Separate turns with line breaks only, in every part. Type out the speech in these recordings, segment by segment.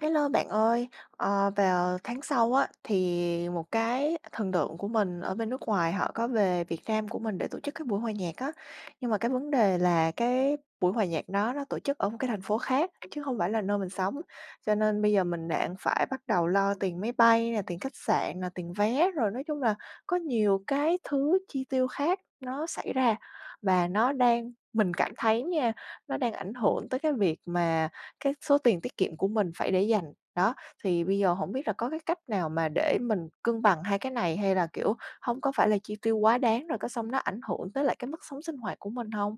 Hello bạn ơi, vào tháng sau á thì một cái thần tượng của mình ở bên nước ngoài họ có về Việt Nam của mình để tổ chức cái buổi hòa nhạc á. Nhưng mà cái vấn đề là cái buổi hòa nhạc đó nó tổ chức ở một cái thành phố khác chứ không phải là nơi mình sống. Cho nên bây giờ mình đang phải bắt đầu lo tiền máy bay nè, tiền khách sạn nè, tiền vé rồi nói chung là có nhiều cái thứ chi tiêu khác nó xảy ra và nó đang mình cảm thấy nha, nó đang ảnh hưởng tới cái việc mà cái số tiền tiết kiệm của mình phải để dành. Đó, thì bây giờ không biết là có cái cách nào mà để mình cân bằng hai cái này hay là, kiểu, không có phải là chi tiêu quá đáng rồi có xong nó ảnh hưởng tới lại cái mức sống sinh hoạt của mình không.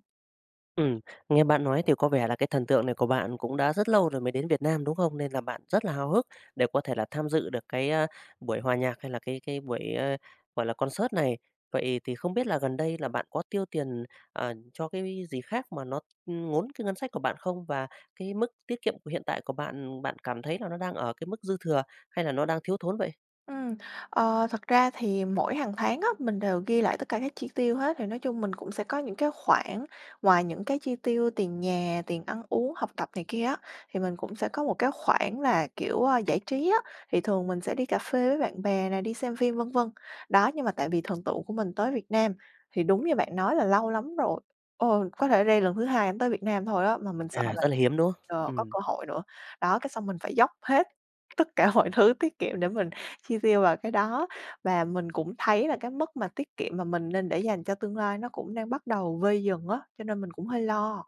Ừm, Nghe bạn nói thì có vẻ là cái thần tượng này của bạn cũng đã rất lâu rồi mới đến Việt Nam, đúng không? Nên là bạn rất là háo hức để có thể là tham dự được buổi hòa nhạc hay là cái buổi, a, gọi là, concert này. Vậy thì không biết là gần đây là bạn có tiêu tiền, cho cái gì khác mà nó ngốn cái ngân sách của bạn không? Và cái mức tiết kiệm của hiện tại của bạn, bạn cảm thấy là nó đang ở cái mức dư thừa hay là nó đang thiếu thốn vậy?
Ừ, thật ra thì mỗi hàng tháng á, mình đều ghi lại tất cả các chi tiêu hết, thì nói chung mình cũng sẽ có những cái khoản ngoài những cái chi tiêu tiền nhà, tiền ăn uống, học tập này kia á, thì mình cũng sẽ có một cái khoản là, kiểu, a, giải trí á, thì thường mình sẽ đi cà phê với bạn bè này, đi xem phim, vân vân. Đó, nhưng mà tại vì thần tượng của mình tới Việt Nam thì đúng như bạn nói là lâu lắm rồi, có thể đây lần thứ hai ảnh tới Việt Nam thôi á, mà mình sợ là,
Rất là hiếm, đúng không?
có
Ừm.
cơ hội nữa. Đó, cái xong mình phải dốc hết tất cả mọi thứ tiết kiệm để mình chi tiêu vào cái đó và mình cũng thấy là cái mức mà tiết kiệm mà mình nên để dành cho tương lai nó cũng đang bắt đầu vơi dần á, cho nên mình cũng hơi lo.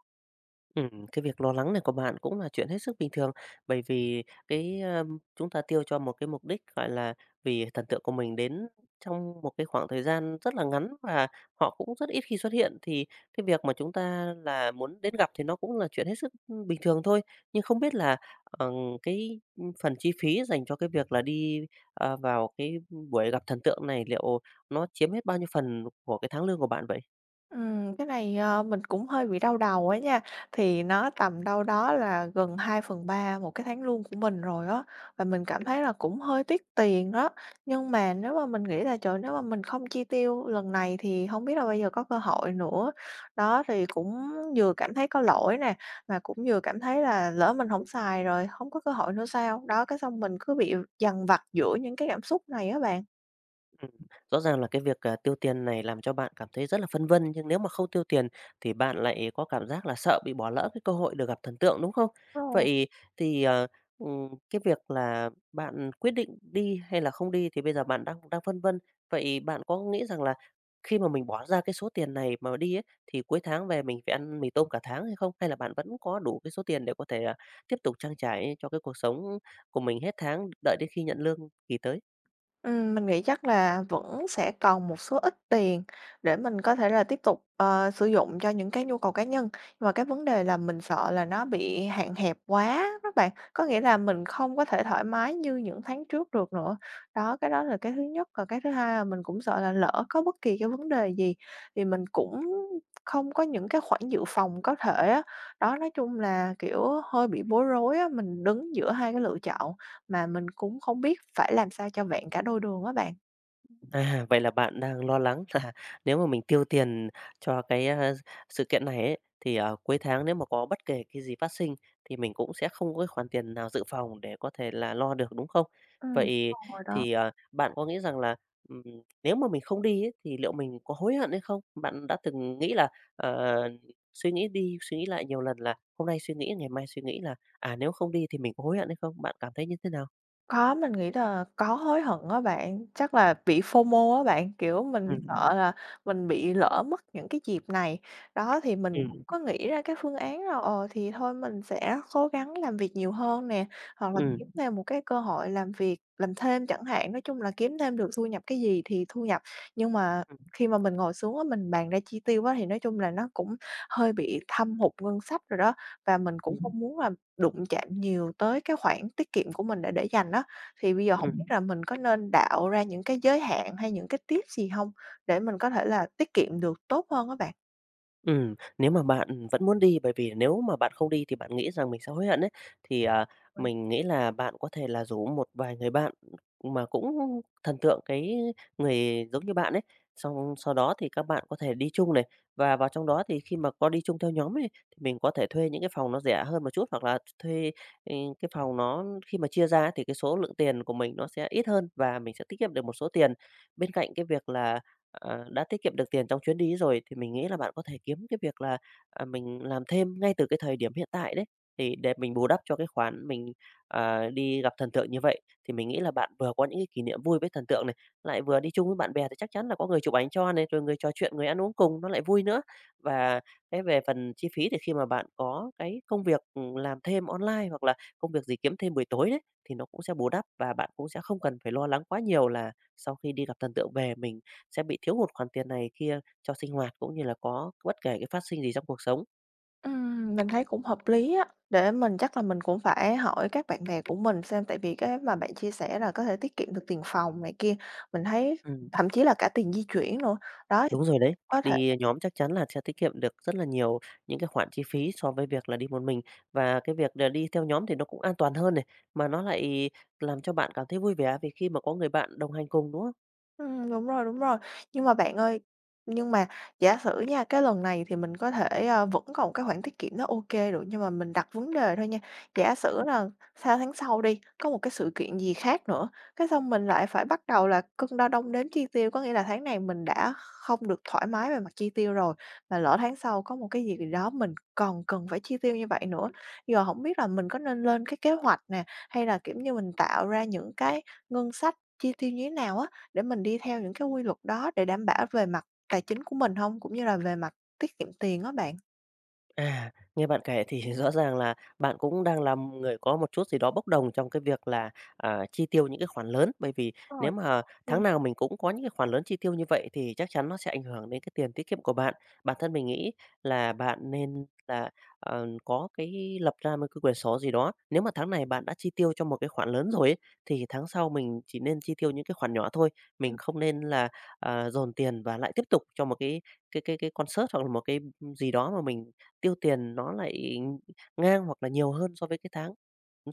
Cái việc lo lắng này của bạn cũng là chuyện hết sức bình thường, bởi vì chúng ta tiêu cho một cái mục đích, gọi là, vì thần tượng của mình đến trong một cái khoảng thời gian rất là ngắn và họ cũng rất ít khi xuất hiện, thì cái việc mà chúng ta là muốn đến gặp thì nó cũng là chuyện hết sức bình thường thôi. Nhưng không biết là, ờ, cái, phần chi phí dành cho cái việc là đi, vào cái buổi gặp thần tượng này liệu nó chiếm hết bao nhiêu phần của cái tháng lương của bạn vậy?
Cái này, mình cũng hơi bị đau đầu ấy nha, thì nó tầm đâu đó là gần hai phần ba một cái tháng lương của mình rồi á, và mình cảm thấy là cũng hơi tiếc tiền đó. Nhưng mà nếu mà mình nghĩ là, trời, nếu mà mình không chi tiêu lần này thì không biết là bao giờ có cơ hội nữa. Đó, thì cũng vừa cảm thấy có lỗi nè, mà cũng vừa cảm thấy là lỡ mình không xài rồi không có cơ hội nữa sao? Đó, cái xong mình cứ bị dằn vặt giữa những cái cảm xúc này á bạn.
Ừm, Rõ ràng là cái việc tiêu tiền này làm cho bạn cảm thấy rất là phân vân, nhưng nếu mà không tiêu tiền thì bạn lại có cảm giác là sợ bị bỏ lỡ cái cơ hội được gặp thần tượng, đúng không?
Đúng rồi.
Vậy thì, cái việc là bạn quyết định đi hay là không đi thì bây giờ bạn đang đang phân vân. Vậy bạn có nghĩ rằng là khi mà mình bỏ ra cái số tiền này mà đi ấy, thì cuối tháng về mình phải ăn mì tôm cả tháng hay không? Hay là bạn vẫn có đủ cái số tiền để có thể, tiếp tục trang trải cho cái cuộc sống của mình hết tháng, đợi đến khi nhận lương kỳ tới?
Mình nghĩ chắc là vẫn sẽ còn một số ít tiền để mình có thể là tiếp tục, sử dụng cho những cái nhu cầu cá nhân, nhưng mà cái vấn đề là mình sợ là nó bị hạn hẹp quá các bạn, có nghĩa là mình không có thể thoải mái như những tháng trước được nữa. Đó, cái đó là cái thứ nhất, còn cái thứ hai là mình cũng sợ là lỡ có bất kỳ cái vấn đề gì thì mình cũng không có những cái khoản dự phòng có thể á. Đó, nói chung là, kiểu, hơi bị bối rối á, mình đứng giữa hai cái lựa chọn. Mà mình cũng không biết phải làm sao cho vẹn cả đôi đường á bạn.
Vậy là bạn đang lo lắng là nếu mà mình tiêu tiền cho sự kiện này ấy, thì, cuối tháng nếu mà có bất kể cái gì phát sinh thì mình cũng sẽ không có cái khoản tiền nào dự phòng để có thể là lo được, đúng không? Vậy
Đúng rồi đó.
thì, bạn có nghĩ rằng là, ừm, nếu mà mình không đi ấy, thì liệu mình có hối hận hay không? Bạn đã từng nghĩ là, ờ, suy nghĩ đi suy nghĩ lại nhiều lần là hôm nay suy nghĩ, ngày mai suy nghĩ là, nếu không đi thì mình có hối hận hay không? Bạn cảm thấy như thế nào?
Có, mình nghĩ là có hối hận á bạn, chắc là bị FOMO á bạn, kiểu, mình
Ừ.
sợ là mình bị lỡ mất những cái dịp này. Đó, thì mình
Ừ.
cũng có nghĩ ra cái phương án là, thì thôi mình sẽ cố gắng làm việc nhiều hơn nè, hoặc là
Ừ.
kiếm thêm một cái cơ hội làm việc, làm thêm chẳng hạn, nói chung là kiếm thêm được thu nhập cái gì thì thu nhập. Nhưng mà khi mà mình ngồi xuống á, mình bàn ra chi tiêu á, thì nói chung là nó cũng hơi bị thâm hụt ngân sách rồi đó, và mình cũng
Ừm.
không muốn là đụng chạm nhiều tới cái khoản tiết kiệm của mình để dành á, thì bây giờ hổng
Ừm.
biết là mình có nên đạo ra những cái giới hạn hay những cái tip gì hông để mình có thể là tiết kiệm được tốt hơn á bạn?
Nếu mà bạn vẫn muốn đi, bởi vì nếu mà bạn không đi thì bạn nghĩ rằng mình sẽ hối hận ấy, thì, mình nghĩ là bạn có thể là rủ một vài người bạn mà cũng thần tượng cái người giống như bạn ấy, xong sau đó thì các bạn có thể đi chung này. Và vào trong đó thì khi mà có đi chung theo nhóm ấy, thì mình có thể thuê những cái phòng nó rẻ hơn một chút, hoặc là thuê, cái phòng nó khi mà chia ra ấy thì cái số lượng tiền của mình nó sẽ ít hơn và mình sẽ tiết kiệm được một số tiền. Bên cạnh cái việc là đã tiết kiệm được tiền trong chuyến đi rồi thì mình nghĩ là bạn có thể kiếm cái việc là, mình làm thêm ngay từ cái thời điểm hiện tại đấy, thì để mình bù đắp cho cái khoản mình, đi gặp thần tượng như vậy. Thì mình nghĩ là bạn vừa có những cái kỷ niệm vui với thần tượng này, lại vừa đi chung với bạn bè thì chắc chắn là có người chụp ảnh cho này, rồi người trò chuyện, người ăn uống cùng nó lại vui nữa. Và cái về phần chi phí thì khi mà bạn có cái công việc, làm thêm online hoặc là công việc gì kiếm thêm buổi tối đấy, thì nó cũng sẽ bù đắp và bạn cũng sẽ không cần phải lo lắng quá nhiều là sau khi đi gặp thần tượng về mình sẽ bị thiếu hụt khoản tiền này kia cho sinh hoạt cũng như là có bất kể cái phát sinh gì trong cuộc sống.
Mình thấy cũng hợp lý á, để mình chắc là mình cũng phải hỏi các bạn bè của mình xem, tại vì cái mà bạn chia sẻ là có thể tiết kiệm được tiền phòng này kia, mình thấy
Ừm.
thậm chí là cả tiền di chuyển nữa. Đó,
Đúng rồi đấy,
có.
đi nhóm chắc chắn là sẽ tiết kiệm được rất là nhiều những cái khoản chi phí so với việc là đi một mình và cái việc là đi theo nhóm thì nó cũng an toàn hơn này, mà nó lại làm cho bạn cảm thấy vui vẻ vì khi mà có người bạn đồng hành cùng, đúng không?
Đúng rồi, đúng rồi. Nhưng mà bạn ơi, nhưng mà giả sử nha, cái lần này thì mình có thể, vẫn còn cái khoản tiết kiệm đó ok kê được, nhưng mà mình đặt vấn đề thôi nha, giả sử là 6 tháng sau đi, có một cái sự kiện gì khác nữa, cái xong mình lại phải bắt đầu là cân đo đong đếm chi tiêu. Có nghĩa là tháng này mình đã không được thoải mái về mặt chi tiêu rồi, mà lỡ tháng sau có một cái gì đó mình còn cần phải chi tiêu như vậy nữa. Giờ không biết là mình có nên lên cái kế hoạch nè, hay là, kiểu như, mình tạo ra những cái ngân sách chi tiêu như thế nào á? Để mình đi theo những cái quy luật đó để đảm bảo về mặt tài chính của mình hông? Cũng như là về mặt tiết kiệm tiền á bạn.
Nghe bạn kể thì rõ ràng là bạn cũng đang là một người có một chút gì đó bốc đồng trong cái việc là, chi tiêu những cái khoản lớn, bởi vì
Rồi,
nếu mà
luôn.
tháng nào mình cũng có những cái khoản lớn chi tiêu như vậy thì chắc chắn nó sẽ ảnh hưởng đến cái tiền tiết kiệm của bạn. Bản thân mình nghĩ là bạn nên là, có cái lập ra một cái quyển sổ gì đó. Nếu mà tháng này bạn đã chi tiêu cho một cái khoản lớn rồi ấy, thì tháng sau mình chỉ nên chi tiêu những cái khoản nhỏ thôi.
Ừm,
Mình không nên là, dồn tiền và lại tiếp tục cho một cái concert hoặc là một cái gì đó mà mình tiêu tiền nó lại ngang hoặc là nhiều hơn so với cái tháng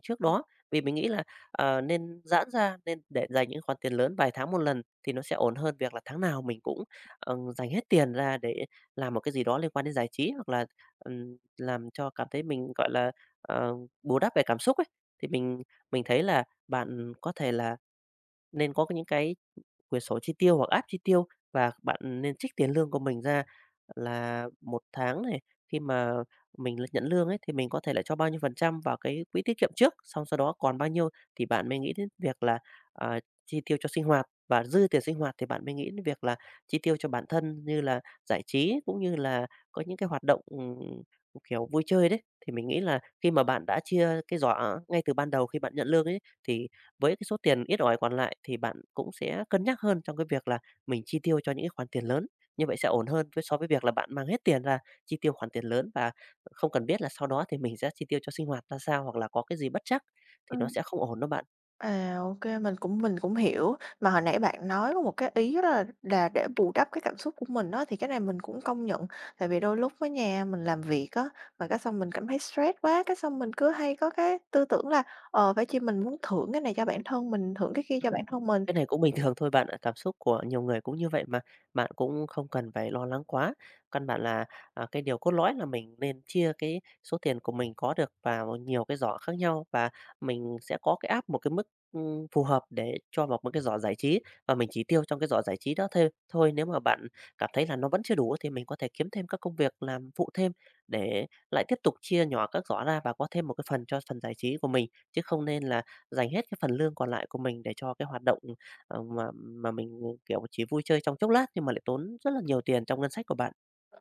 trước đó. Vì mình nghĩ là, nên giãn ra, nên để dành những khoản tiền lớn vài tháng một lần thì nó sẽ ổn hơn việc là tháng nào mình cũng, dành hết tiền ra để làm một cái gì đó liên quan đến giải trí, hoặc là, làm cho cảm thấy mình, gọi là, ờ, bù đắp về cảm xúc ấy. Thì mình thấy là bạn có thể là nên có những cái quyển sổ chi tiêu hoặc app chi tiêu và bạn nên trích tiền lương của mình ra là một tháng này, khi mà mình nhận lương ấy, thì mình có thể là cho bao nhiêu phần trăm vào cái quỹ tiết kiệm trước, xong sau đó còn bao nhiêu thì bạn mới nghĩ đến việc là, à, chi tiêu cho sinh hoạt và dư tiền sinh hoạt thì bạn mới nghĩ đến việc là chi tiêu cho bản thân như là giải trí, cũng như là có những cái hoạt động, kiểu, vui chơi đấy. Thì mình nghĩ là khi mà bạn đã chia cái giỏ ngay từ ban đầu khi bạn nhận lương ấy, thì với cái số tiền ít ỏi còn lại thì bạn cũng sẽ cân nhắc hơn trong cái việc là mình chi tiêu cho những cái khoản tiền lớn, như vậy sẽ ổn hơn với so với việc là bạn mang hết tiền ra chi tiêu khoản tiền lớn và không cần biết là sau đó thì mình sẽ chi tiêu cho sinh hoạt ra sao, hoặc là có cái gì bất trắc thì nó
ừm.
sẽ không ổn đâu bạn.
À, ô kê, mình cũng hiểu. Mà hồi nãy bạn nói có một cái ý đó là để bù đắp cái cảm xúc của mình á, thì cái này mình cũng công nhận. Tại vì đôi lúc á nha, mình làm việc á, mà cái xong mình cảm thấy stress quá, cái xong mình cứ hay có cái tư tưởng là, phải chi mình muốn thưởng cái này cho bản thân mình, thưởng cái kia cho bản thân mình.
Cái này cũng bình thường thôi bạn ạ, cảm xúc của nhiều người cũng như vậy mà, bạn cũng không cần phải lo lắng quá. Căn bản là, cái điều cốt lõi là mình nên chia cái số tiền của mình có được vào nhiều cái giỏ khác nhau và mình sẽ có cái áp một cái mức, phù hợp để cho vào một cái giỏ giải trí và mình chỉ tiêu trong cái giỏ giải trí đó thêm thôi. Nếu mà bạn cảm thấy là nó vẫn chưa đủ thì mình có thể kiếm thêm các công việc làm phụ thêm để lại tiếp tục chia nhỏ các giỏ ra và có thêm một cái phần cho phần giải trí của mình, chứ không nên là dành hết cái phần lương còn lại của mình để cho cái hoạt động mà mình kiểu, chỉ vui chơi trong chốc lát nhưng mà lại tốn rất là nhiều tiền trong ngân sách của bạn.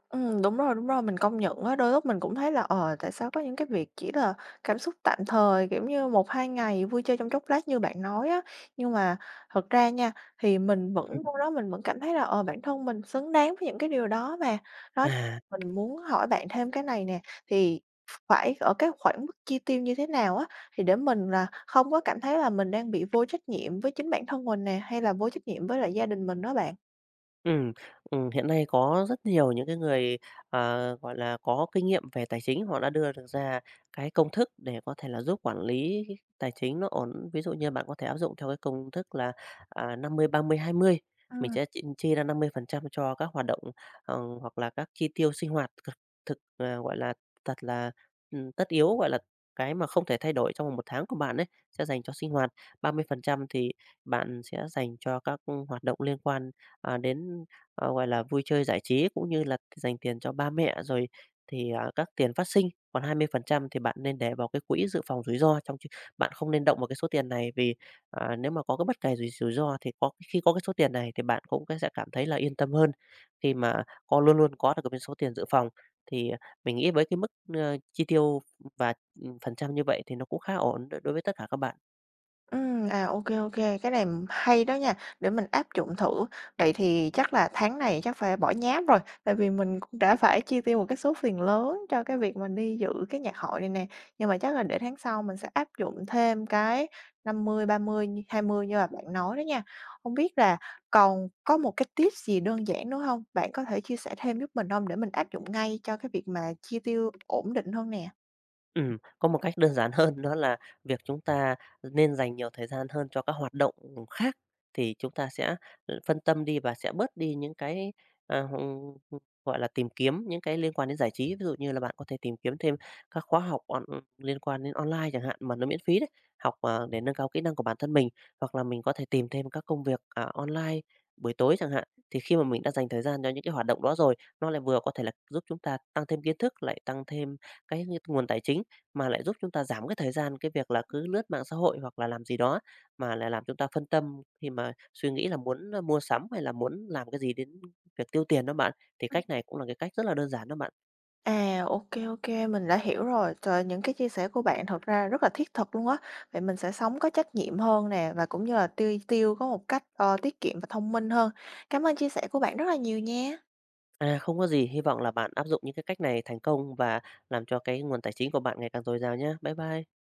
Đúng rồi, mình công nhận á, đôi lúc mình cũng thấy là, tại sao có những cái việc chỉ là cảm xúc tạm thời, kiểu như, một hai ngày vui chơi trong chốc lát như bạn nói á. Nhưng mà thật ra nha, thì mình
Ừm.
vẫn đâu đó mình vẫn cảm thấy là, bản thân mình xứng đáng với những cái điều đó mà. Đó,
À.
mình muốn hỏi bạn thêm cái này nè, thì phải ở cái khoảng mức chi tiêu như thế nào á, thì để mình là không có cảm thấy là mình đang bị vô trách nhiệm với chính bản thân mình nè, hay là vô trách nhiệm với lại gia đình mình đó bạn?
Ừ Hiện nay có rất nhiều những cái người, gọi là, có kinh nghiệm về tài chính, họ đã đưa được ra cái công thức để có thể là giúp quản lý cái tài chính nó ổn. Ví dụ như bạn có thể áp dụng theo cái công thức là, 50-30-20. Mình
À.
sẽ chia ra 50% cho các hoạt động, hoặc là các chi tiêu sinh hoạt gọi là, thật là, tất yếu, gọi là, cái mà không thể thay đổi trong một tháng của bạn ấy, sẽ dành cho sinh hoạt. 30% thì bạn sẽ dành cho các hoạt động liên quan đến, gọi là, vui chơi giải trí cũng như là dành tiền cho ba mẹ rồi thì, các tiền phát sinh, còn 20% thì bạn nên để vào cái quỹ dự phòng rủi ro trong ch bạn không nên động vào cái số tiền này vì, nếu mà có cái bất kể rủi rủi ro thì có khi có cái số tiền này thì bạn cũng cái sẽ cảm thấy là yên tâm hơn khi mà có luôn luôn có được cái số tiền dự phòng. Thì mình nghĩ với cái mức, chi tiêu và, phần trăm như vậy thì nó cũng khá ổn đối đối với tất cả các bạn.
Ok ok cái này hay đó nha, để mình áp dụng thử. Vậy thì chắc là tháng này chắc phải bỏ nháp rồi, tại vì mình cũng đã phải chi tiêu một cái số tiền lớn cho cái việc mình đi dự cái nhạc hội này nè. Nhưng mà chắc là để tháng sau mình sẽ áp dụng thêm cái 50 30 20 như là bạn nói đó nha. Không biết là còn có một cái tip gì đơn giản nữa không? Bạn có thể chia sẻ thêm giúp mình không để mình áp dụng ngay cho cái việc mà chi tiêu ổn định hơn nè?
Có một cách đơn giản hơn đó là việc chúng ta nên dành nhiều thời gian hơn cho các hoạt động khác thì chúng ta sẽ, phân tâm đi và sẽ bớt đi những cái, à, hông, gọi là, tìm kiếm những cái liên quan đến giải trí. Ví dụ như là bạn có thể tìm kiếm thêm các khóa học liên quan đến online chẳng hạn mà nó miễn phí đấy, học, để nâng cao kỹ năng của bản thân mình, hoặc là mình có thể tìm thêm các công việc, online buổi tối chẳng hạn. Thì khi mà mình đã dành thời gian cho những cái hoạt động đó rồi, nó lại vừa có thể là giúp chúng ta tăng thêm kiến thức, lại tăng thêm cái nguồn tài chính, mà lại giúp chúng ta giảm cái thời gian cái việc là cứ lướt mạng xã hội hoặc là làm gì đó, mà lại làm chúng ta phân tâm khi mà suy nghĩ là muốn, mua sắm hay là muốn làm cái gì đến việc tiêu tiền đó bạn. Thì cách này cũng là cái cách rất là đơn giản đó bạn.
À, ok ok mình đã hiểu rồi. Trời những cái chia sẻ của bạn thật ra rất là thiết thực luôn á. Vậy mình sẽ sống có trách nhiệm hơn nè, và cũng như là tiêu tiêu có một cách, tiết kiệm và thông minh hơn. Cảm ơn chia sẻ của bạn rất là nhiều nha.
À, không có gì, hy vọng là bạn áp dụng những cái cách này thành công và làm cho cái nguồn tài chính của bạn ngày càng dồi dào nhé. Bye bye.